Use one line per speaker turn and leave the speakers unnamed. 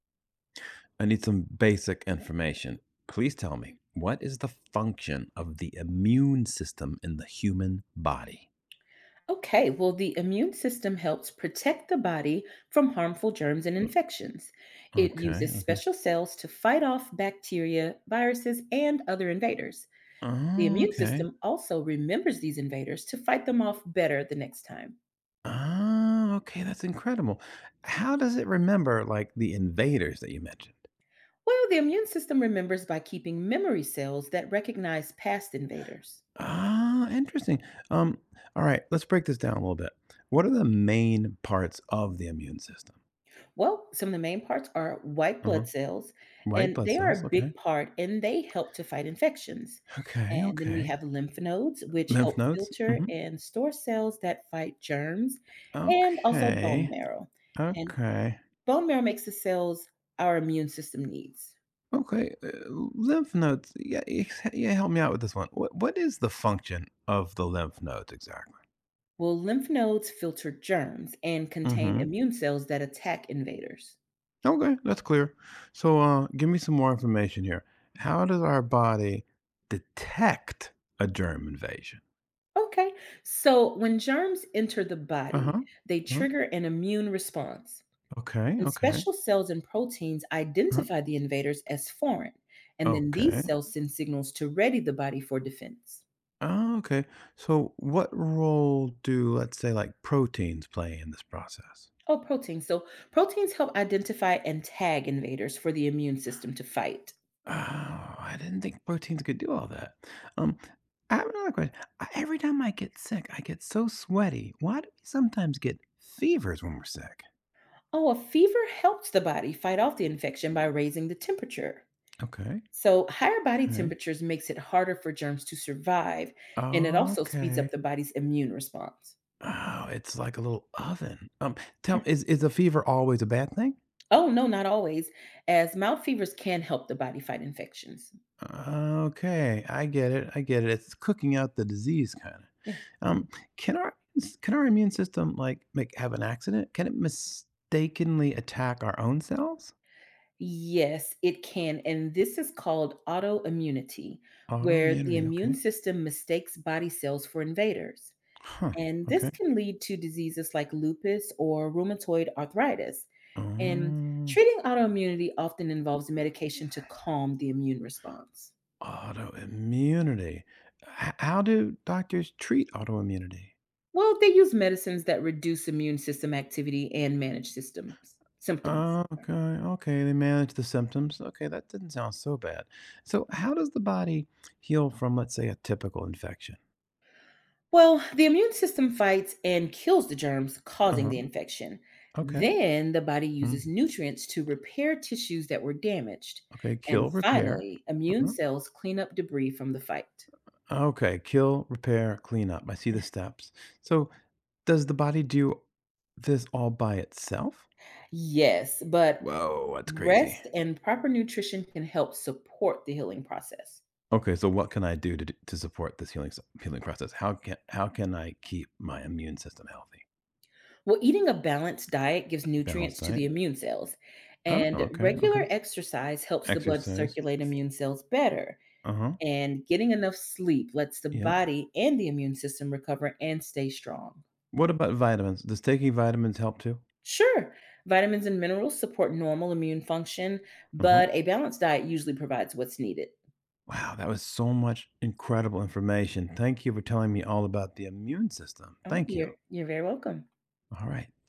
I need some basic information. Please tell me, what is the function of the immune system in the human body?
Okay, well, the immune system helps protect the body from harmful germs and
Uh,
infections. It
Okay,
uses
okay.
special cells to fight off bacteria, viruses, and other invaders. The
Oh,
immune
okay.
system also remembers these invaders to fight them off better the next time.
Oh, okay, that's incredible. How does it remember like the invaders that you mentioned?
Well, the immune system remembers by keeping memory cells that recognize past invaders.
Ah, interesting. Um, all right, let's break this down a little bit. What are the main parts of the immune system?
Well, some of the main parts are white
Uh-huh.
blood cells,
White
and
blood
they are
cells,
a
okay.
big part, and they help to fight infections.
Okay,
And then we
okay.
have lymph nodes, which
Lymph
help
nodes?
filter
Mm-hmm.
and store cells that fight germs, and also bone
Okay.
marrow. And
Okay.
bone marrow makes the cells our immune system needs.
Okay, lymph nodes. Yeah, yeah. Help me out with this one. What is the function of the lymph nodes exactly?
Well, lymph nodes filter germs and contain
Hmm.
immune cells that attack invaders.
Okay, that's clear. So, give me some more information here. How does our body detect a germ invasion?
Okay, so when germs enter the
Uh huh.
body,
Uh-huh.
they
Uh-huh,
trigger an immune response.
okay.
And
Okay.
special cells and proteins
Uh-huh.
identify the invaders as foreign, and then these
Okay.
cells send signals to ready the body for defense.
Oh, okay. So, what role do, let's say, like proteins play in this process?
Oh, proteins. So proteins help identify and tag invaders for the immune system to fight.
Oh, I didn't think proteins could do all that. Um, I have another question. Every time I get sick, I get so sweaty. Why do we sometimes get fevers when we're sick?
Oh, a fever helps the body fight off the infection by raising the temperature.
Okay.
So higher body
Okay.
temperatures makes it harder for germs to survive, and it also speeds up
Okay.
the body's immune response.
Oh, it's like a little oven. Tell is a fever always a bad thing?
Oh, no, not always, as mild fevers can help the body fight infections.
Okay, I get it. I get it. It's cooking out the disease, kind of. Can our immune system like make have an accident? Can it mistakenly attack our own cells?
Yes, it can. And this is called autoimmunity, where the
Autoimmunity,
immune
okay.
system mistakes body cells for invaders.
Huh,
And this
okay.
can lead to diseases like lupus or rheumatoid arthritis. And
Oh,
treating autoimmunity often involves medication to calm the immune response.
autoimmunity. How do doctors treat autoimmunity?
Well, they use medicines that reduce immune system activity and manage systems symptoms.
Oh, okay, okay. They manage the symptoms. Okay, that didn't sound so bad. So, how does the body heal from, let's say, a typical infection?
Well, the immune system fights and kills the germs
Uh
causing
huh.
the infection.
Okay.
Then the body
Mm.
uses nutrients to repair tissues that were damaged.
Okay,
And
kill, repair.
finally, immune
Uh-huh.
cells clean up debris from the fight.
Okay, kill, repair, clean up. I see the steps. So, does the body do this all by itself?
Yes, but
Whoa, that's crazy.
rest and proper nutrition can help support the healing process.
Okay, so what can I do to support this healing process? How can I keep my immune system healthy?
Well, eating a balanced diet gives
Balanced
nutrients to the
diet?
immune cells,
Oh,
and
okay, okay.
regular exercise helps the blood
Exercise?
circulate immune cells better.
Uh-huh,
And getting enough sleep lets the
yeah.
body and the immune system recover and stay strong.
What about vitamins? Does taking vitamins help too?
Sure, vitamins and minerals support normal immune function,
Uh-huh.
but a balanced diet usually provides what's needed.
Wow, that was so much incredible information. Thank you for telling me all about the immune system.
Oh,
Thank you.
you're very welcome.
All right.